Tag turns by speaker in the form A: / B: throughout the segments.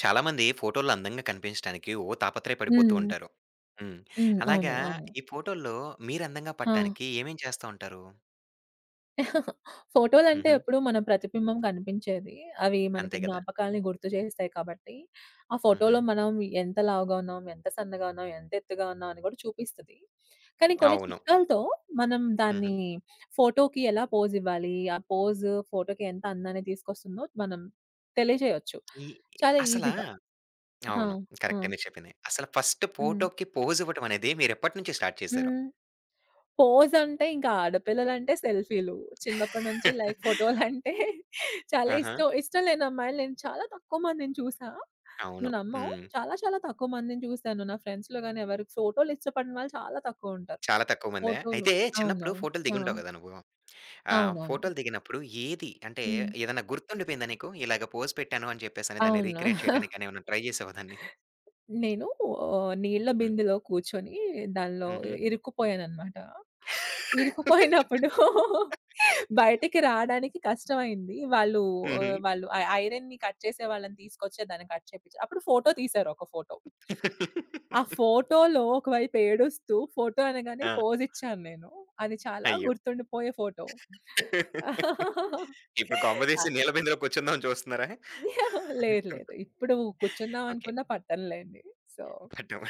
A: చాలామంది ఫోటోల్లో అందంగా కనిపించడానికి ఓ తాపత్రయపడిపోతూ
B: హ్మ్.
A: ఉంటారు. హ్మ్.
B: హ్మ్. అవును.
A: అలాగా
B: అవును.
A: ఈ ఫోటోల్లో మీరు అందంగా
B: ఆ!
A: పడటానికి ఏమేం చేస్తా ఉంటారు?
B: ఫోటోలంటే
A: హుహు.
B: ఎప్పుడు మన ప్రతిబింబం కనిపించేది. అవి మనకి
A: అంతే గదా!
B: జ్ఞాపకాల్ని గుర్తు చేస్తాయి కాబట్టి, ఆ
A: హుహు.
B: ఫోటోలో మనం ఎంత లావుగా ఉన్నాం, ఎంత సన్నగా ఉన్నాం, ఎంత ఎత్తుగా ఉన్నాం అని కూడా చూపిస్తది. కానీ కొన్ని
A: అవును.
B: చిట్కాలతో మనం
A: హుహు.
B: దాన్ని ఫోటోకి ఎలా పోజ్ ఇవ్వాలి, ఆ పోజ్ ఫోటోకి ఎంత అందాన్ని తీసుకొస్తుందో మనం తెలియజేయొచ్చు.
A: ఈ
B: చాలా
A: అసలా
B: ఈజీగా. ఆ!
A: అవును.
B: ఆ!
A: కరెక్టే మీరు చెప్పింది. అసలు ఫస్ట్
B: హ్మ్.
A: ఫోటోకి పోజ్ ఇవ్వటం అనేది మీరెప్పటి నుంచి స్టార్ట్ చేశారు?
B: హ్మ్. పోజంటే ఇంకా ఆడపిల్లలంటే సెల్ఫీలు. చిన్నప్పటి నుంచి లైక్ ఫోటోలంటే చాలా
A: ఆహా!
B: ఇష్టం. ఇష్టం లేని అమ్మాయిలు నేను చాలా తక్కువ మందిని చూసా.
A: అవును.
B: నువ్వు నమ్మవు.
A: హ్మ్.
B: చాలా చాలా తక్కువ మందిని చూసాను. నా ఫ్రెండ్స్‌లో గాని ఎవరికి ఫోటోలు ఇష్టపడిన వాళ్ళు చాలా తక్కువ ఉంటారు.
A: చాలా తక్కువ మందా?
B: ఫోటోలు
A: అయితే చిన్నప్పుడు
B: అవునవును.
A: ఫోటోలు
B: ఆ!
A: దిగుంటావు గదా నువ్వు? ఆ!
B: అవునవును.
A: ఫోటోలు దిగినప్పుడు ఏది అంటే
B: హ్మ్.
A: ఏదన్నా గుర్తుండిపోయిందా నీకు? ఇలాగ పోజ్ పెట్టాను అని చెప్పేసని దాన్ని
B: అవును.
A: రీక్రియేట్ చేయడానికి గాని ఏమన్నా ట్రై చేసావా దాన్ని?
B: నేను నీళ్ళ
A: హ్మ్.
B: బిందెలో కూర్చొని దానిలో
A: హుహు.
B: ఇరుక్కుపోయాననమాట. ఇరుక్కుపోయినప్పుడు బయటికి రాడానికి కష్టమైంది. వాళ్ళు
A: హుహు.
B: ఆహ్, వాళ్ళు ఐరన్‌ని కట్ చేసే వాళ్ళని తీసుకొచ్చి దాన్ని కట్ చేపించారు. అప్పుడు ఫోటో తీశారు ఒక ఫోటో. ఆ ఫోటోలో ఒకవైపు ఏడుస్తూ ఫోటో అనగానే
A: ఆ!
B: పోజ్ ఇచ్చాను నేను. అది చాలా
A: అయ్యో!
B: గుర్తుండిపోయే ఫోటో.
A: ఇప్పుడు కొంప
B: ఆ!
A: తీసి నీళ్ళ బిందెలో కూర్చుందామని చూస్తున్నారా?
B: లేదు లేదు. ఇప్పుడు కూర్చుందాం
A: ఓకే.
B: అనుకున్నా పట్టనులేండి. సో
A: పట్టాం.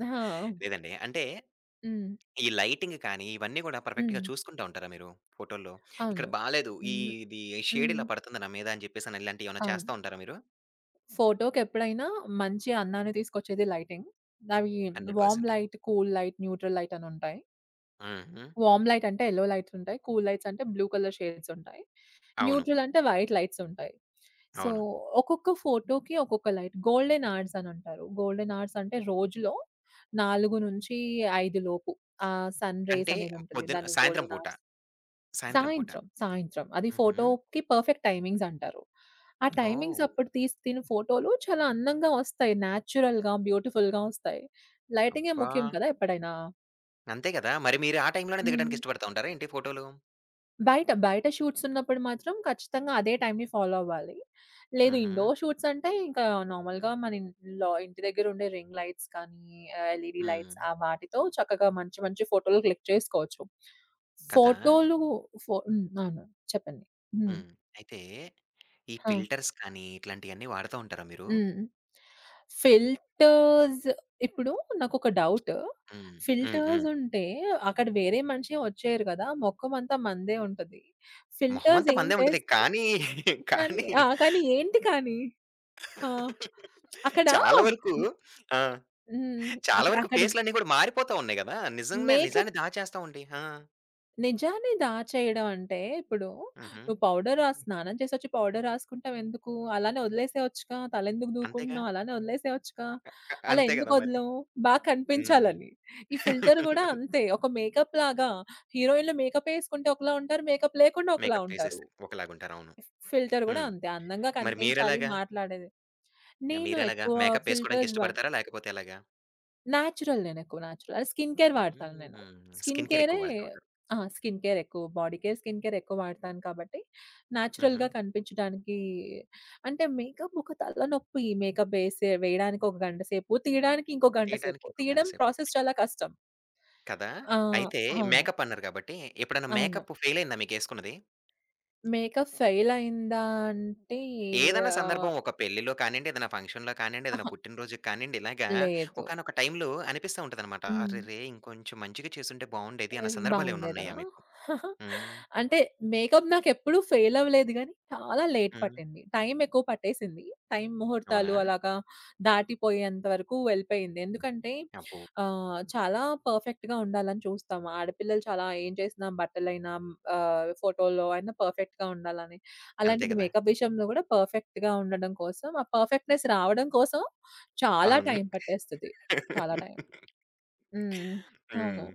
B: ఆ!
A: లేదండి. అంటే
B: హ్మ్.
A: ఈ లైటింగ్ కానీ, ఇవన్నీ గూడా పర్ఫెక్ట్‌గా
B: హ్మ్.
A: చూసుకుంటా ఉంటారా మీరు ఫోటోల్లో? ఇక్కడ
B: అవును.
A: బాలేదు. ఈ
B: హ్మ్.
A: ఇది షేడ్
B: హ్మ్.
A: ఇలా పడుతుంది నా మీద అని చెప్పేసని ఇలాంటియేమన్నా
B: అవును.
A: చేస్తా ఉంటారా మీరు?
B: ఫోటోకెప్పుడైనా మంచి అందాన్ని తీసుకొచ్చేది లైటింగ్. అవి warm
A: 100%
B: light, cool light, neutral light అనుంటాయి.
A: హుహు.
B: వార్మ్ లైట్ అంటే యెల్లో లైట్స్ ఉంటాయి. కూల్ లైట్స్ అంటే బ్లూ కలర్ షేడ్స్ ఉంటాయి.
A: అవును.
B: న్యూట్రల్ అంటే వైట్ లైట్స్ ఉంటాయి. సో,
A: అవును.
B: ఒక్కొక్క ఫోటోకి ఒక్కొక్క లైట్. గోల్డెన్ అవర్స్ అనంటారు. గోల్డెన్ అవర్స్ అంటే రోజులో 4-5 లోపు ఆ సన్ రేస్
A: అంటే
B: అనేదుంటది.
A: పొద్దున
B: దాన్ని
A: సాయంత్రం
B: గోల్డెన్
A: పూట.
B: అవర్స్.
A: సాయంత్రం పూట.
B: సాయంత్రం. సాయంత్రం. అది
A: హుహు.
B: ఫోటోకి పర్ఫెక్ట్ టైమింగ్స్ అంటారు. ఆ హ్మ్. టైమింగ్స్
A: ఓహ్!
B: అప్పుడు తీసిన ఫోటోలు చాలా అందంగా వస్తాయి. నేచురల్‌గా, బ్యూటిఫుల్‌గా వస్తాయి. లైటింగే
A: అబ్బా!
B: ముఖ్యం కదా! ఎప్పుడైనా.
A: అంతే గదా! మరి మీరు ఆ టైంలోనే
B: హ్మ్.
A: దిగడానికి ఇష్టపడతా ఉంటారా ఏంటి ఫోటోలు?
B: బయట షూట్స్ ఉన్నప్పుడు మాత్రం ఖచ్చితంగా అదే టైమ్‌ని ఫాలో అవ్వాలి. లేదు
A: హుహు.
B: ఇండోర్ షూట్స్ అంటే ఇంకా నార్మల్‌గా మన ఇంట్లో ఇంటి దగ్గర ఉండే రింగ్ లైట్స్ కానీ, ఎల్‌ఈడీ
A: హ్మ్.
B: లైట్స్ ఆ వాటితో చక్కగా మంచి మంచి ఫోటోలు క్లిక్ చేసుకోవచ్చు.
A: కదా!
B: ఫోటోలు ఫో హ్మ్. అవును. చెప్పండి. హ్మ్.
A: హ్మ్. అయితే ఈ
B: ఆ!
A: ఫిల్టర్స్ కానీ, ఇట్లాంటియన్నీ వాడతా ఉంటారా మీరు?
B: హ్మ్. ఫిల్టర్స్ ఇప్పుడు నాకొక డౌట్.
A: హ్మ్. హ్మ్.
B: ఫిల్టర్స్
A: హ్మ్.
B: ఉంటే అక్కడ వేరే మనిషి వచ్చేయరు గదా! మొక్కమంతా మనదే ఉంటది. ఫిల్టర్స్
A: మొహమంతా
B: ఏం
A: మందే ఉంటది.
B: చేస్తు
A: కానీ,
B: కానీ
A: కానీ
B: కానీ ఏంటి కానీ? ఆ! అక్కడ
A: చాలా వరకు ఆ!
B: హ్మ్. అక్
A: చాలా వరకు
B: అక్కడ
A: ఫేస్‌లన్నీ కూడా మారిపోతా ఉన్నాయి గదా! నిజంగానే
B: మేకప్
A: నిజాన్ని దాచేస్తామండి. ఆ!
B: నిజాన్ని దాచేయడం అంటే, ఇప్పుడు
A: హుహు.
B: నువ్వు పౌడర్ రాసి స్నానం చేసొచ్చి పౌడర్ రాసుకుంటావెందుకు? అలానే వదిలేసేయొచ్చుగా. తలెందుకు
A: అంతేగా.
B: దూకుంటున్నావు? అలానే వదిలేసేయొచ్చుగా.
A: అ
B: అలా
A: అంతే
B: ఎందుకు
A: గదా మరి.
B: వదలవు?
A: హ్మ్.
B: కనిపించాలని. ఈ ఫిల్టర్ గూడా అంతే. ఒక మేకప్ లాగా హీరోయిన్‌లు మేకప్ ఏసుకుంటే ఒకలా ఉంటారు. మేకప్ లేకుండా ఒకలా
A: మేకప్
B: ఉంటారు.
A: ఏసేసి ఒకలాగుంటారు. అవును.
B: ఫిల్టర్ గూడా
A: హ్మ్.
B: అంతే. అందంగా
A: మరి
B: కనిపించాలి
A: మీరెలాగా?
B: మాట్లాడేది. నేను
A: మీరెలాగా?
B: ఎక్కువ
A: మేకప్ ఏసుకోవడానికి
B: ఫిల్టర్స్ వ
A: ఇష్టపడతారా? లేకపోతే ఎలాగా?
B: Natural natural. అదే స్కిన్ కేర్ వాడతాను నేను.
A: హ్మ్.
B: స్కిన్
A: స్కిన్ కేర్
B: కేరే
A: ఎక్కువ వాడుతూ ఉంటారు.
B: ఆ! స్కిన్ కేర్ ఎక్కువ. బాడీ కేర్, స్కిన్ కేర్ ఎక్కువ వాడతాను కాబట్టి
A: హుహు.
B: నేచురల్‌గా కనిపించడానికి అంటే మేకప్ ఒక తలనొప్పి. మేకప్ వేయడానికి ఒక గంట సేపు, తీయడానికి ఇంకో గంట సేపు.
A: తీయటానికి ఇంకో గంట
B: తీయడం
A: సేపు.
B: ప్రాసెస్ చాలా కష్టం.
A: కదా!
B: ఆ!
A: అయితే
B: అవును.
A: మేకప్ అన్నారు గాబట్టి, ఎప్పుడైనా
B: అవును.
A: మేకప్ ఫెయిల్ అయిందా మీకేసుకున్నది?
B: మేకప్ ఫెయిల్ అయిందా అంటే
A: ఏదన్నా
B: ఆహ్,
A: సందర్భం ఒక పెళ్ళిలో కానియండి, ఏదైనా ఫంక్షన్‌లో కానియండి, ఏదైనా
B: అహా!
A: పుట్టినరోజుకి కానియండి, ఇలాగా
B: లేదు.
A: ఒకానొక టైంలో అనిపిస్తా ఉంటదనమాట.
B: హ్మ్.
A: అరెరే! ఇంకొంచెం మంచిగా చేసుంటే బావుండేది అన్న
B: ఏస్
A: సందర్భాలేమన్నా
B: బావుండేదా?
A: ఉన్నాయా మీకు? హ్మ్.
B: అంటే మేకప్ నాకెప్పుడూ ఫెయిల్ అవ్వలేదు గానీ, చాలా లేట్
A: హ్మ్.
B: పట్టింది. టైం ఎక్కువ పట్టేసింది. టైం
A: అవునా?
B: ముహూర్తాలు అలాగా దాటిపోయేంత వరకు వెళ్ళిపోయింది. ఎందుకంటే
A: అబ్బో!
B: చాలా పర్ఫెక్ట్‌గా ఉండాలని చూస్తాం. ఆడపిల్లలు చాలా ఏం చేసినా బట్టలైనా ఫోటోలో అయినా పర్ఫెక్ట్‌గా ఉండాలని.
A: అంతే
B: అలాంటిది
A: గదా!
B: మేకప్ విషయంలో గూడా పర్ఫెక్ట్‌గా ఉండడం కోసం, ఆ పర్ఫెక్ట్‌నెస్ రావడం కోసం చాలా
A: అవును.
B: టైం పట్టేస్తది. చాలా టైం. హ్మ్. అవును.
A: హ్మ్.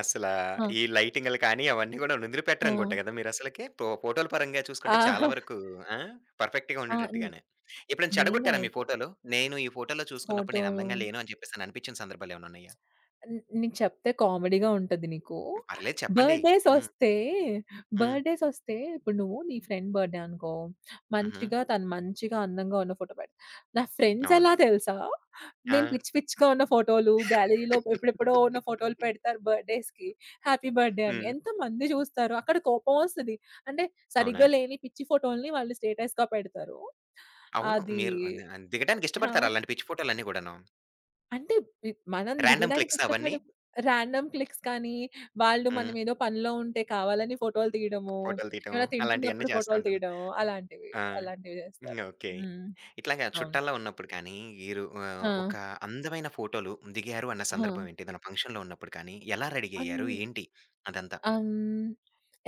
A: అసలా
B: ఆ!
A: ఈ లైటింగులు కానీ అవన్నీ గూడా
B: ఆ!
A: నిద్రపెట్టరనుకుంట గదా మీరసలకి? ఫోటోల పరంగా చూసుకుంటే చాలా
B: ఆ!
A: వరకు ఆ! పర్ఫెక్ట్‌గా
B: ఆ! న్
A: ఉండేటట్టుగానే. ఎప్పుడైనా చెడగొట్టారా మీ
B: నేనైతే
A: ఫోటోలు? నేను ఈ ఫోటోలో చూసుకున్నప్పుడు నేను
B: ఫోటోలు
A: అందంగా లేను అని చెప్పేసని అనిపిచ్చిన సందర్భాలేమన్నున్నాయా?
B: న్ నీకు చెప్తే కామెడీగా ఉంటది నీకు.
A: పర్లేదు చెప్పండి. హ్మ్.
B: బర్త్‌డేసొస్తే,
A: హ్మ్.
B: బర్త్‌డేసొస్తే ఇప్పుడు నువ్వు నీ ఫ్రెండ్ బర్త్‌డే అనుకో,
A: హుహు.
B: తను మంచిగా అందంగా ఉన్న ఫోటో పెడతది. నా ఫ్రెండ్స్
A: అవును.
B: ఎలా తెలుసా?
A: ఆ!
B: నేను పిచ్చి పిచ్చిగా ఉన్న ఫోటోలు, గ్యాలరీలో ఎప్పుడెప్పుడో ఉన్న ఫోటోలు పెడతారు బర్త్‌డేస్‌కి. హ్యాపీ బర్త్‌డే అని.
A: హ్మ్.
B: ఎంతమంది చూస్తారు? అక్కడ కోపం వస్తది. అంటే
A: అవునా?
B: సరిగ్గా లేని పిచ్చి ఫోటోలని వాళ్ళు స్టేటస్‌గా పెడతారు.
A: అవును.
B: అది
A: మీరు ది దిగడానికి
B: ఆ!
A: ఇష్టపడతారా అలాంటి పిచ్చి ఫోటోలన్నీ గూడాను?
B: అంటే ఇ మనం
A: రాండమ్
B: దిగడానికి
A: క్లిక్స్ అవన్నీ?
B: ర్యాండమ్ క్లిక్స్ కానీ, వాళ్ళు మనం
A: హ్మ్.
B: ఏదో పనిలో ఉంటే కావాలని ఫోటోలు తీయడము,
A: ఫోటోలు తీయటం
B: ఏమైనా
A: అలాంటియన్నీ
B: తింటున్నప్పుడు
A: చేస్తా
B: ఫోటోలు
A: ఉంటాను.
B: తీయడము అలాంటివి,
A: ఆ!
B: అలాంటివి
A: హ్మ్.
B: జేస్తారు.
A: ఓకే.
B: హ్మ్.
A: ఇట్లాగా
B: అవును.
A: చుట్టాల్లో ఉన్నప్పుడు కానీ, ఈరు
B: ఆ!
A: ఆహ్, ఒక అందమైన ఫోటోలు దిగారు అన్న
B: ఆ!
A: సందర్భం ఏంటి? ఏదైనా ఫంక్షన్‌లో ఉన్నప్పుడు కానీ, ఎలా రెడీ
B: అన్
A: అయ్యారు? ఏంటి అదంతా?
B: అన్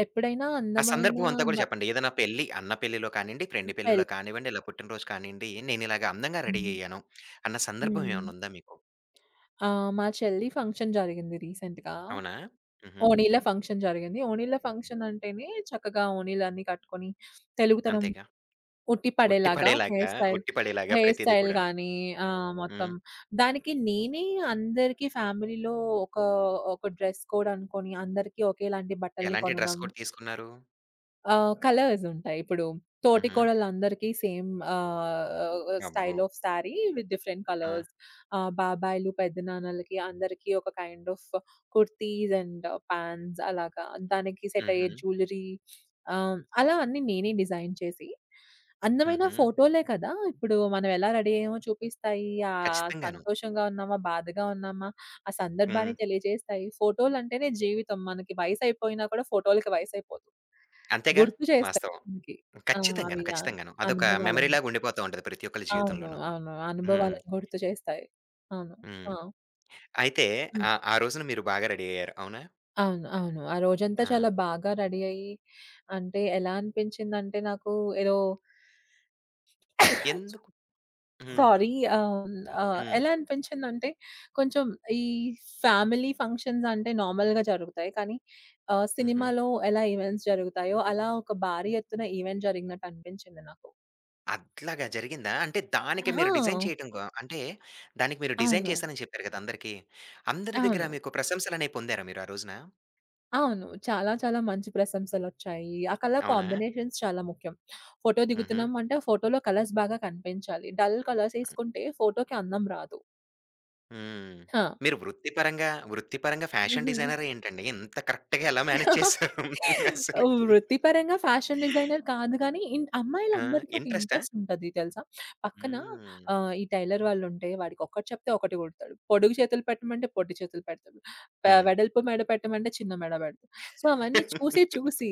B: ఎప్పుడైనా
A: ఆ
B: అందమైన
A: సందర్భం అంతా కూడా
B: బ
A: చెప్పండి. ఏదైనా పెళ్లి, అన్న పెళ్లిలో కానియండి, ఫ్రెండ్
B: పెళ్
A: పెళ్లిలో కానివ్వండి, ఇలా పుట్టినరోజు కానియండి, నేనిలాగ అందంగా రెడీ
B: హ్మ్.
A: అయ్యాను అన్న సందర్భం
B: హ్మ్.
A: ఏమన్నా ఉందా మీకు?
B: ఆ! మా చెల్లి ఫంక్షన్ జరిగింది రీసెంట్‌గా.
A: అవునా? హుహు.
B: ఓణీల ఫంక్షన్ జరిగింది. ఓణీల ఫంక్షన్ అంటేనే చక్కగా ఓణీలన్నీ కట్టుకొని తెలుగుతనం
A: అంతేగా.
B: ఉట్టి
A: ఉట్టి
B: పడేలాగా హెయిర్
A: పడేలాగా,
B: స్టైల్,
A: ఉట్టి పడేలాగా
B: హెయిర్
A: ప్రతీది
B: స్టైల్
A: కూడాను.
B: గానీ మొత్తం
A: హ్మ్.
B: దానికి నేనే అందరికీ ఫ్యామిలీలో ఒక, ఒక డ్రెస్ కోడ్ అనుకోని అందరికీ ఒకేలాంటి బట్టల్ని
A: ఎలాంటి డ్రెస్
B: కొనడం.
A: కోడ్ తీసుకున్నారు?
B: కలర్స్ ఉంటాయి. ఇప్పుడు
A: హుహు.
B: తోటికోడళ్ళందరికీ సేమ్
A: అబ్బో!
B: Style of sari with different
A: ఆ!
B: కలర్స్. బాబాయిలు, పెద్దనాన్నలకి అందరికీ ఒక kind of kurtis and pants అలాగా దానికి సెట్ అయ్యే
A: హుహు.
B: జ్యువెలరీ అలా అన్నీ నేనే డిజైన్ చేసి, అందమైన
A: హుహు.
B: ఫోటోలే కదా! ఇప్పుడు మనం ఎలా రెడీ అయ్యామో చూపిస్తాయి.
A: ఖచ్చితంగాను.
B: సంతోషంగా ఉన్నామా, బాధగా ఉన్నామా ఆ
A: హ్మ్.
B: సందర్భాన్ని తెలియజేస్తాయి. ఫోటోలంటేనే జీవితం. మనకి వయసైపోయినా కూడా ఫోటోలకి వయసైపోదు.
A: అంతేగా
B: గుర్తు చేస్తాయి
A: వాస్తవం.
B: మనకి. ఆ!
A: ఖచ్చితంగాను.
B: అవి అన్
A: ఖచ్చితంగాను. అదొక
B: అనుభవాలను.
A: మెమరీలాగా ఉండిపోతా ఉంటది ప్రతి ఒక్కళ్ళ
B: అవును.
A: జీవితంలోనూ.
B: అవును.
A: హ్మ్.
B: అనుభవాలను గుర్తు చేస్తాయి. అవును.
A: హ్మ్.
B: ఆ!
A: అయితే
B: హ్మ్.
A: ఆహ్, ఆ రోజున మీరు బాగా రెడీ అయ్యారు. అవునా?
B: అవును. అవును. ఆ రోజంతా
A: ఆ!
B: చాలా బాగా రెడీ అయ్యి అంటే ఎలా అనిపించిందంటే నాకు ఏదో
A: ఎందుకు? హ్మ్.
B: సారీ. ఆహ్,
A: హ్మ్.
B: ఆహ్,
A: హ్మ్.
B: ఎలా అనిపించిందంటే కొంచెం ఈ ఫ్యామిలీ ఫంక్షన్స్ అంటే నార్మల్‌గా జరుగుతాయి. కానీ
A: హుహు.
B: సినిమాలో ఎలా ఈవెంట్స్ జరుగుతాయో అలా ఒక భారీ ఎత్తున ఈవెంట్ జరిగినట్టు అనిపించింది నాకు.
A: అట్లాగా జరిగిందా? అంటే
B: ఆ!
A: దానికి మీరు డిజైన్
B: అవును.
A: చేశానని చెప్పారు కదా! అందరికీ. అందరి దగ్గర
B: అవును.
A: మీకు ప్రశంసలనేవి పొందారా మీరు ఆ రోజున?
B: అవును. చాలా చాలా మంచి ప్రశంసలొచ్చాయి. ఆ కలర్
A: అవునా?
B: కాంబినేషన్స్ చాలా ముఖ్యం. ఫోటో
A: హుహు.
B: దిగుతున్నాం అంటే ఫోటోలో కలర్స్ బాగా కనిపించాలి. డల్ కలర్స్ ఏసుకుంటే ఫోటోకి అందం రాదు.
A: హ్మ్.
B: ఆ!
A: మీరు వృత్తిపరంగా ఫ్యాషన్
B: హుహు.
A: డిజైనరే ఏంటండి? ఇంత కరెక్ట్‌గా ఎలా మేనేజ్ చేశారు అసలకి?
B: వృత్తిపరంగా ఫ్యాషన్ డిజైనర్ కాదు గానీ,
A: ఆ!
B: అమ్మాయిలందరికీ ఒక
A: ఇంట్రెస్టా?
B: ఇంట్రెస్ట్ ఉంటది తెలుసా? పక్కన
A: హ్మ్.
B: ఈ టైలర్ వాళ్ళుంటే వాడికొకటి చెప్తే ఒకటి కుడతాడు. పొడుగు చేతులు పెట్టమంటే పొట్టి చేతులు పెడతాడు.
A: హ్మ్.
B: వెడల్పు మెడ పెట్టమంటే చిన్న మెడ పెడతాడు. సో, అవన్నీ చూసి, చూసి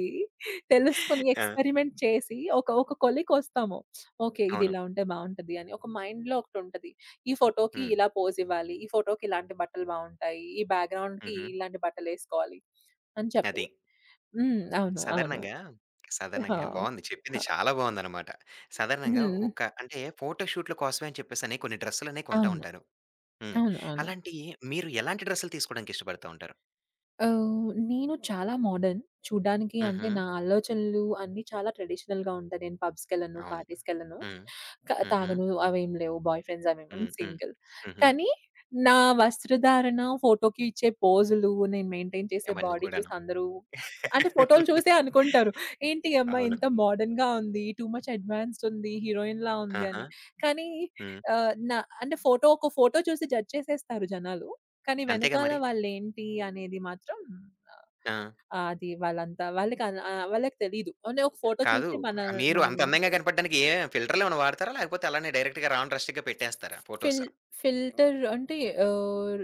B: తెలుసుకొని
A: ఆ!
B: ఎక్స్‌పెరిమెంట్ చేసి ఒక ఒక కొలికొస్తాము. ఓకే. ఇది
A: అవును.
B: ఇలా ఉంటే బావుంటది అని ఒక మైండ్‌లో ఒకటుంటది. ఈ ఫోటోకి
A: హ్మ్.
B: ఇలా పోజ్ ఇవ్వాలి. ఈ ఫోటోకి ఇలాంటి బట్టలు బావుంటాయి. ఈ బ్యాక్‌గ్రౌండ్‌కి
A: హుహు.
B: ఇలాంటి బట్టలేసుకోవాలి. అని చెప్పి
A: అది.
B: హ్మ్. అవును. అవును.
A: సాధారణంగా,
B: ఆ!
A: సాధారణంగా బావుంది. చెప్పింది
B: ఆ!
A: చాలా బావుందనమాట. సాధారణంగా
B: హ్మ్.
A: ఒక అంటే ఫోటో షూట్‌ల కోసమే అని చెప్పేసని కొన్ని డ్రెస్సులనేయి కొంటా
B: అవును.
A: ఉంటారు. హ్మ్.
B: అవును. అవును.
A: అలాంటియి మీరు ఎలాంటి డ్రెస్సులు తీసుకోవడానికి ఇష్టపడతా ఉంటారు?
B: నేను చాలా మోడర్న్. చూడ్డానికి అంటే
A: హుహు.
B: నా ఆలోచనలు అన్నీ చాలా ట్రెడిషనల్‌గా ఉంటాయి. నేను పబ్స్‌కెళ్ళను,
A: అవును.
B: పార్టీస్‌కెళ్ళను.
A: హ్మ్. హుహు.
B: తాగను అవేం లేవు. బాయ్ ఫ్రెండ్స్ అవేమేం
A: హ్మ్. హ్మ్.
B: సింగిల్.
A: హుహు.
B: కానీ నా వస్త్రధారణ, ఫోటోకి ఇచ్చే పోజులు, నేను మెయింటైన్ చేసే
A: అవన్నీ
B: బాడీ చూసి
A: కూడాను.
B: అందరూ అంటే ఫోటోలు చూసే అనుకుంటారు. ఏంటి ఈ అమ్మాయి
A: అవును.
B: ఇంత మోడర్న్‌గా ఉంది. టూ మచ్ అడ్వాన్స్డ్ ఉంది. హీరోయిన్‌లా ఉంది
A: ఆహా!
B: అని. కానీ
A: హ్మ్.
B: ఆహ్, నా అంటే ఒక ఫోటో చూసి జడ్జ్ చేసేస్తారు జనాలు. కానీ
A: అంతేగా
B: వెనకాల
A: మరి.
B: వాళ్ళేంటి అనేది మాత్రం
A: ఆ!
B: అది వాళ్ళంతా వాళ్ళకి అన్ ఆహ్, వాళ్ళకి తెలీదు. ఓన్లీ ఒక ఫోటో
A: కాదు.
B: చూసి మన
A: మీరు అంత
B: మనమేంటో
A: అందంగా
B: తెలీదు.
A: కనపడడానికి ఏ ఫిల్టర్‌లేమన్నా వాడతారా? లేకపోతే అలానే డైరెక్ట్‌గా రాను రస్టిక్‌గా పెట్టేస్తారా ఫోటోస్?
B: ఫిల్ ఫిల్టర్ అంటే ఆహ్,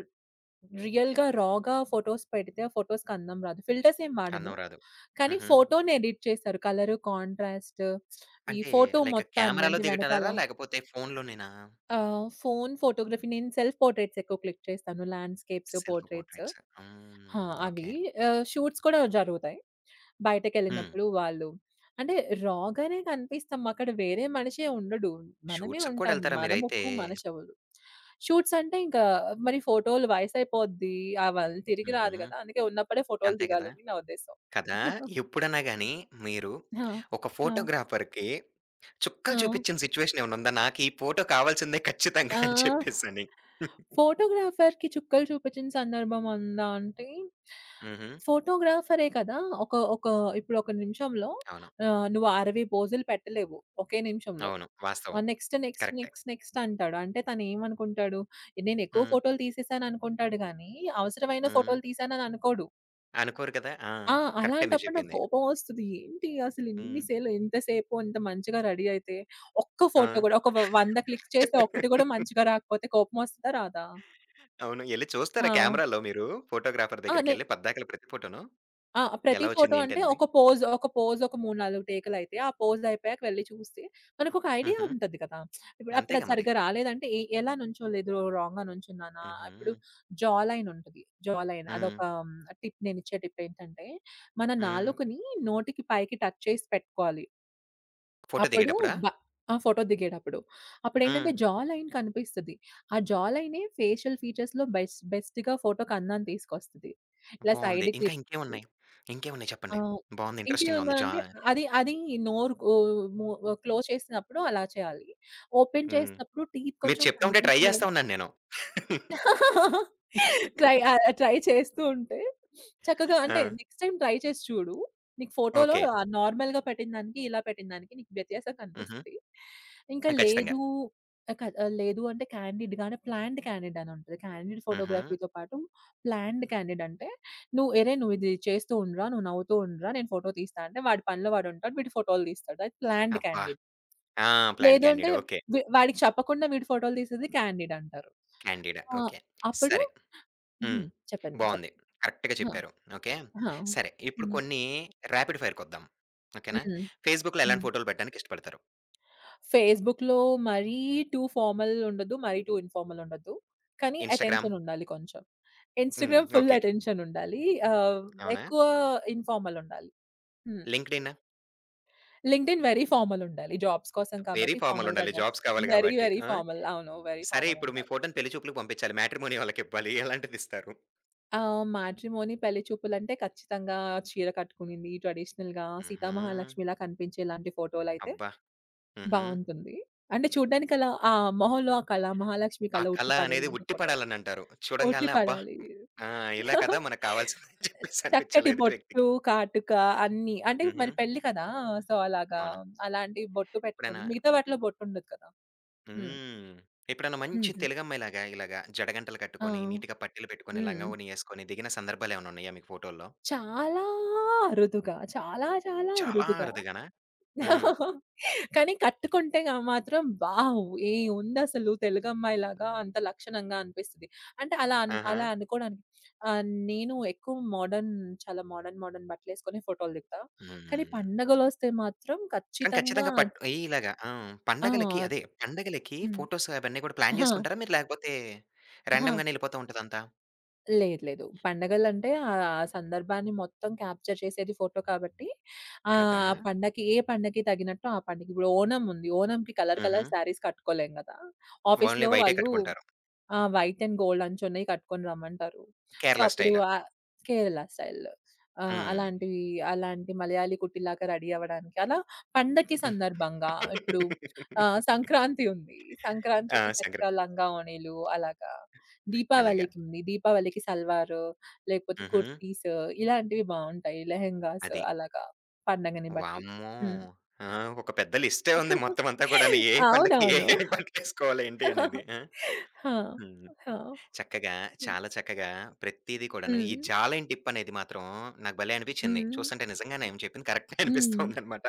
B: రియల్‌గా, రా‌గా ఫోటోస్ పెడితే ఆ ఫోటోస్‌కి అందం రాదు. ఫిల్టర్స్ ఏం వాడను.
A: అందం రాదు.
B: కానీ
A: హుహు.
B: ఫోటోని ఎడిట్ చేశారు. కలరు, కాంట్రాస్ట్ ఈ
A: అంటే
B: ఫోటో
A: లైక్
B: మొత్తాన్ని
A: కెమెరాలో
B: అంటే వెనకాల
A: దిగటరా? లేకపోతే ఫోనులోనేనా?
B: ఫోన్ ఫోటోగ్రఫీ నేను సెల్ఫ్ పోర్ట్రెయిట్స్ ఎక్కువ క్లిక్ చేస్తాను. Landscapes,
A: self
B: portraits.
A: పోర్ట్రెయిట్స్.
B: ఆ!
A: హ్మ్.
B: అవి
A: ఓకే.
B: షూట్స్ కూడా జరుగుతాయి.
A: హ్మ్.
B: బయటకెళ్ళినప్పుడు వాళ్ళు. అంటే రాగానే కనిపిస్తాం. అక్కడ వేరే మనిషే ఉండడు. మనమే
A: షూట్స్‌కి కూడా
B: ఉంటాము.
A: ఎళ్తారా
B: మన
A: మీరైతే?
B: ముక్కు, మన చెవులు. షూట్స్ అంటే ఇంకా మరి ఫోటోలు వయసైపోద్ది. ఆ వాళ్ళు తిరిగి రాదు
A: హుహు.
B: కదా! అందుకే ఉన్నప్పుడే ఫోటోలు
A: అంతే కదా!
B: దిగాలని నా ఉద్దేశ్యం.
A: కదా! ఎప్పుడన్నా గాని మీరు
B: ఆ!
A: ఒక
B: ఆ!
A: ఫోటోగ్రాఫర్‌కి
B: ఆ!
A: చుక్కలు చూపించిన సిట్యుయేషన్ ఏమన్నా ఉందా? నాకు ఈ ఫోటో కావాల్సిందే ఖచ్చితంగా అని
B: ఆ!
A: చెప్పేసని?
B: ఫోటోగ్రాఫర్‌కి చుక్కలు చూపించిన సందర్భం ఉందా అంటే,
A: హుహు.
B: ఫోటోగ్రాఫరే కదా! ఒక ఒక ఇప్పుడు ఒక నిమిషంలో
A: అవును.
B: నువ్వు 60 పోజులు పెట్టలేవు ఒకే నిమిషంలో.
A: అవును. వాస్తవం.
B: నెక్స్ట్, నెక్స్ట్,
A: కరెక్టే.
B: నెక్స్ట్, నెక్స్ట్ అంటాడు. అంటే తను ఏమనుకుంటాడు, నేను ఎక్కువ
A: హ్మ్.
B: ఫోటోలు తీసేసాను అనుకుంటాడు గానీ, అవసరమైన
A: హ్మ్.
B: ఫోటోలు తీశానని అనుకోడు.
A: అనుకోరు కదా! ఆ!
B: ఆ!
A: కరెక్టే మీరు
B: అలాంటప్పుడు నాకు
A: చెప్పింది.
B: కోపం వస్తది. ఏంటి అసలు ఇన్ని
A: హ్మ్.
B: సేలు ఇంతసేపు ఇంత మంచిగా రెడీ అయితే, ఒక్క
A: ఆ!
B: ఫోటో గూడా ఒక వ 100 క్లిక్ చేస్తే ఒక్కటి గూడా మంచిగా రాకపోతే కోపమొస్తదా? రాదా?
A: అవును. ఎళ్లి
B: ఆ!
A: చూస్తారా కెమెరాలో మీరు ఫోటోగ్రాఫర్
B: ఆ! నే
A: దగ్గరికెళ్లి పద్దాకల ప్రతి ఫోటోను?
B: ఆ! ప్రతి
A: ఎలా
B: ఫోటో
A: వచ్చింది?
B: అంటే
A: ఏంటనేది?
B: ఒక పోజ్, ఒక 3, 4 టేకులయితాయి. ఆ పోజ్ అయిపోయాక వెళ్లి చూస్తే మనకొక ఐడియా
A: హుహు.
B: ఉంటది కదా! అప్పుడు
A: అంతేగా
B: అది
A: మరి.
B: సరిగ్గా రాలేదంటే ఎలా నుంచోలేదు, రాంగ్‌గా నుంచున్నానా? ఇప్పుడు
A: హుహు.
B: జా లైన్ ఉంటది. జా లైన్
A: హ్మ్.
B: అదొక నేనిచ్చే టిప్ ఏంటంటే, మన
A: హ్మ్.
B: నాలుకని నోటికి పైకి టచ్ చేసి పెట్టుకోవాలి.
A: ఫోటో
B: అప్పుడు
A: దిగేటప్పుడా?
B: బ ఆ! ఫోటో దిగేటప్పుడు.
A: హ్మ్.
B: అప్పుడేంటంటే జా లైన్ కనిపిస్తది. ఆ జా లైనే ఫేషియల్ ఫీచర్స్‌లో బెస్ట్‌గా ఫోటోకి అందాన్ని తీసుకొస్తది. ఇలా
A: బావుంది.
B: సైడ్‌కి
A: ఇంకా
B: తిప్పినప్పుడు.
A: ఇంకేమున్నాయి? ఇంకేమున్నాయి
B: ఆ!
A: చెప్పండి? బావుంది. ఇంట్రెస్టింగ్‌గా
B: ఇంకేమన్నా
A: ఉంది. జా
B: అంటే అది అది నోరు కో మూ క్లోజ్ చేసినప్పుడు అలా చేయాలి. ఓపెన్
A: హ్మ్.
B: చేసినప్పుడు టీత్
A: మీరు
B: కొంచెం
A: చెప్తా ఉంటే ట్రై చేస్తా
B: కనిపించేలాగా
A: ఉన్నాను నేను.
B: ట్రై చేస్తూ ఉంటే చక్కగా అంటే
A: ఆ!
B: నెక్స్ట్ టైమ్ ట్రై చేసి చూడు. నీకు ఫోటోలో
A: ఓకే.
B: నార్మల్‌గా పెట్టిన దానికి, ఇలా పెట్టిన దానికి నీకు వ్యత్యాసం
A: హుహు.
B: కనిపిస్తది. ఇంకా
A: ఖచ్చితంగా.
B: లేదు లేదు అంటే క్యాండిడ్‌గానే ప్లాన్డ్ క్యాండిడ్ అని ఉంటది. క్యాండిడ్
A: హుహు.
B: ఫోటోగ్రఫీతో పాటు ప్లాన్డ్ క్యాండిడ్ అంటే నువ్వు "అరే! నువ్వు ఇది చేస్తూ ఉండురా, నువ్వు నవ్వుతూ ఉండురా, నేను ఫోటో తీస్తా" అంటే వాడి పనిలో వాడు ఉంటాడు. వీడు ఫోటోలు తీస్తాడు. అది ప్లాన్డ్
A: అబ్బా!
B: క్యాండిడ్.
A: ఆ! ప్లాంట్
B: లేదు అంటే
A: క్యాండిడ్. ఓకే.
B: వాడికి చెప్పకుండా వీడు ఫోటోలు తీసేది క్యాండిడ్ అంటారు.
A: క్యాండిడ్.
B: ఆ!
A: ఓకే.
B: అప్పుడు
A: సరే.
B: హుహు.
A: హ్మ్.
B: చెప్పండి. చెప్
A: బావుంది. కరెక్ట్‌గా
B: ఆ!
A: చెప్పారు. ఓకే.
B: ఆ!
A: సరే. ఇప్పుడు
B: హ్మ్.
A: కొన్ని రాపిడ్ ఫైర్‌కొద్దాం. ఓకేనా?
B: హ్మ్.
A: ఫేస్‌బుక్‌లో ఎలాంటి
B: హ్మ్.
A: ఫోటోలు పెట్టడానికి ఇష్టపడతారు?
B: ఫేస్‌బుక్‌లో మరీ టూ ఫార్మల్ ఉండదు. మరీ టూ ఇన్ఫార్మల్ ఉండదు. కానీ
A: ఇన్‌స్టాగ్రామ్?
B: అటెన్షన్ ఉండాలి కొంచెం.
A: హ్మ్.
B: Instagram full
A: okay.
B: అటెన్షన్ ఉండాలి. ఆహ్,
A: అవునా?
B: ఎక్కువ ఇన్ఫార్మల్ ఉండాలి. హ్మ్.
A: లింక్డ్‌ఇన్?
B: లింక్డ్ఇన్ వెరీ ఫార్మల్ ఉండాలి. జాబ్స్ కోసం
A: వెరీ
B: కాబట్టి ఫార్మల్‌గా
A: ఫార్మలుండాలి.
B: డ్రెస్
A: జాబ్స్ కావాలి
B: వెరీ,
A: గాబట్టి.
B: వెరీ
A: ఆ!
B: ఫార్మల్. అవును. వెరీ
A: సరే
B: ఫార్మల్
A: ఇప్పుడు మీ
B: ఉండాలి.
A: ఫోటోని పెళ్లి చూపులకు పంపించాలి. మ్యాట్రిమోనీ వాళ్ళకివ్వాలి. ఎలాంటిదిస్తారు?
B: మ్యాట్రిమోనీ పెళ్లి చూపులంటే ఖచ్చితంగా చీర కట్టుకునింది ట్రెడిషనల్‌గా
A: హుహు.
B: సీతామహాలక్ష్మిలా కనిపించేలాంటి ఫోటోలైతే
A: అబ్బా! హుహు.
B: బావుంటుంది. అంటే చూడ్డానికి అలా ఆ మొహంలో ఆ కళ మహాలక్ష్మి
A: ఆ
B: కళ
A: కళ
B: ఉట్టి
A: అనేది
B: పడేలాంటి
A: ఉట్టి
B: ఫోటోలు.
A: పడాలనంటారు.
B: ఉట్టి
A: చూడంగాల్నే అబ్బా!
B: పడాలి.
A: ఆ! ఇలా కదా! మనకు కావాల్సిందని చెప్పేసి
B: చక్కటి
A: అనిపించాలా ఎదుటి
B: బొట్టు,
A: వ్యక్తికి?
B: కాటుక అన్నీ. అంటే
A: హుహు.
B: మరి పెళ్లి కదా! సో, అలాగా
A: అవును.
B: అలాంటి బొట్టు పెట్టుకొని
A: ఎప్పుడైనా
B: మిగతా వాటిలో బొట్టుండదు కదా! హ్మ్.
A: హ్మ్. ఎప్పుడైనా మంచి
B: హ్మ్.
A: తెలుగమ్మాయిలాగా ఇలాగా జడగంటలు
B: ఆ!
A: కట్టుకొని, నీట్‌గా పట్టీలు పెట్టుకొని,
B: హ్మ్.
A: లంగా ఓణి యేసుకొని దిగిన సందర్భాలేమన్నా ఉన్నాయా మీకు ఫోటోల్లో?
B: చాలా అరుదుగా, చాలా చాలా
A: చాలా అరుదు.
B: అరుదుగా
A: అరుదుగానా? హ్మ్.
B: కానీ కట్టుకుంటే గా మాత్రం వావ్! ఏయ్! ఉందసలు తెలుగమ్మాయిలాగా అంత లక్షణంగా అనిపిస్తది. అంటే అలా అన్
A: ఆహా!
B: అలా అనుకోడానికి ఆహ్, నేను ఎక్కువ మోడర్న్ చాలా మోడర్న్, మోడర్న్ బట్టలేసుకొని ఫోటోలు దిగుతా. కానీ
A: హ్మ్.
B: పండగలొస్తే మాత్రం
A: కానీ
B: ఖచ్చితంగా
A: ఖచ్చితంగా పట్ ఇలాగా ఆ! పండగలకి
B: ఆ!
A: అదే పండగలకి
B: హ్మ్.
A: ఫోటోస్ అవన్నీ కూడా ప్లాన్
B: ఆ!
A: చేసుకుంటారా మీరు? లేకపోతే
B: ఆ!
A: రాండమ్‌గానే యెళ్ళిపోతూ ఉంటదంతా?
B: లేదు. లేదు. పండగలంటే ఆ సందర్భాన్ని మొత్తం క్యాప్చర్ చేసేది ఫోటో కాబట్టి ఆహ్,
A: కదా!
B: ఆ పండగకి ఏ పండగకి తగినట్టు ఆ పండగ ఇప్పుడు ఓణం ఉంది. ఓణంకి కలర్
A: హుహు.
B: కలర్ శారీస్ కట్టుకోలేం గదా!
A: ఓన్లీ
B: ఆఫీస్‌లో
A: వైటే
B: వాళ్ళు
A: కట్టుకుంటారు.
B: వైట్ అండ్ గోల్డ్ అంచున్నయి కట్టుకొని రమ్మంటారు. సో,
A: కేరళ
B: అప్పుడు
A: స్టైల్.
B: కేరళ స్టైల్‌లో. ఆ!
A: హ్మ్.
B: అలాంటివి, అలాంటి మలయాళీ కుట్టిలాగా రెడీ అవ్వడానికి. అలా పండక్కి సందర్భంగా ఇప్పుడు సంక్రాంతి ఉంది.
A: ఆ!
B: సంక్రాంతికి చక్కగా
A: సంక్రాంతి.
B: లంగా ఓణీలు అలాగా.
A: అలాగా.
B: దీపావళికి ఉంది. దీపావళికి సల్వారు, లేకపోతే
A: హుహు.
B: కుర్తీస్ ఇలాంటివి బావుంటాయి. లెహెంగాస్
A: అది.
B: అలాగా పండగని బట్టి.
A: వామ్మో!
B: హ్మ్.
A: ఆ! ఒక పెద్ద లిస్టే ఉంది మొత్తం అంతా కూడాను. ఏ పండక్కి ఏ
B: అవునవును.
A: ఏ బట్టలేసుకోవాలి ఏంటి అనేది. ఆ!
B: ఆ!
A: హ్మ్.
B: ఆ!
A: చక్కగా
B: హ్మ్.
A: చాలా చక్కగా ప్రతీది కూడాను
B: హ్మ్.
A: ఈ జాలైన టిప్ అనేది మాత్రం నాకు భలే అనిపించింది.
B: హ్మ్.
A: చూస్తుంటే నిజంగానే ఆమె చెప్పింది కరెక్టే అనిపిస్తా
B: హ్మ్.
A: ఉందనమాట.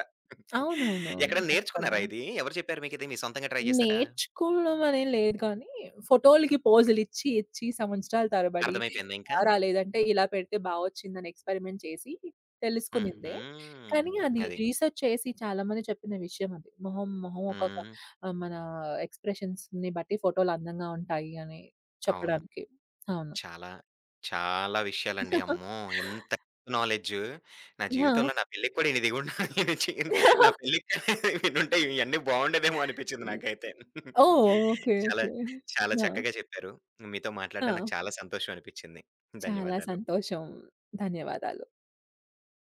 B: అవునవునవును.
A: ఎక్కడ
B: ఖచ్చితంగా.
A: నేర్చుకున్నారా ఇది? ఎవరు చెప్పారు మీకిది? మీరు సొంతంగా ట్రై చేసారా?
B: నేర్చుకోవడం అనేది లేదు కానీ, ఫోటోలకి పోజులిచ్చి సంవత్సరాల తరబడి
A: అర్థమైపోయిందా
B: ఇలా
A: ఇంకా?
B: రాలేదంటే ఇలా పెడితే బాగొచ్చిందని ఎక్స్‌పెరిమెంట్ చేసి
A: హుహు.
B: తెలుసుకునిందే. కానీ అది
A: అది.
B: రీసెర్చ్ చేసి చాలామంది చెప్పిన విషయం అది. మొహం ఒక్కొక్క
A: హ్మ్.
B: మన ఎక్స్‌ప్రెషన్స్‌ని బట్టి ఫోటోలు అందంగా ఉంటాయి అని
A: అవును.
B: చెప్పడానికి. అవును.
A: చాలా. చాలా విషయాలండి. అమ్మో! ఇంత నాలెడ్జ్ నా
B: ఆ!
A: జీవితంలో నా పెళ్ళికి కూడా ఇన్ని దిగుండాలి. నేను చే నా పెళ్ళికి వినుంటే ఇయన్నీ బావుండేదేమో అనిపించింది
B: హ్మ్.
A: నాకైతే.
B: ఓహ్! ఓకే.
A: చాలా,
B: ఓకే.
A: చాలా
B: ఆ!
A: చక్కగా చెప్పారు. మీతో
B: ఆ!
A: మాట్లాడడం నాకు చాలా సంతోషం అనిపించింది.
B: చాలా
A: ధన్యవాదాలు.
B: సంతోషం. ధన్యవాదాలు.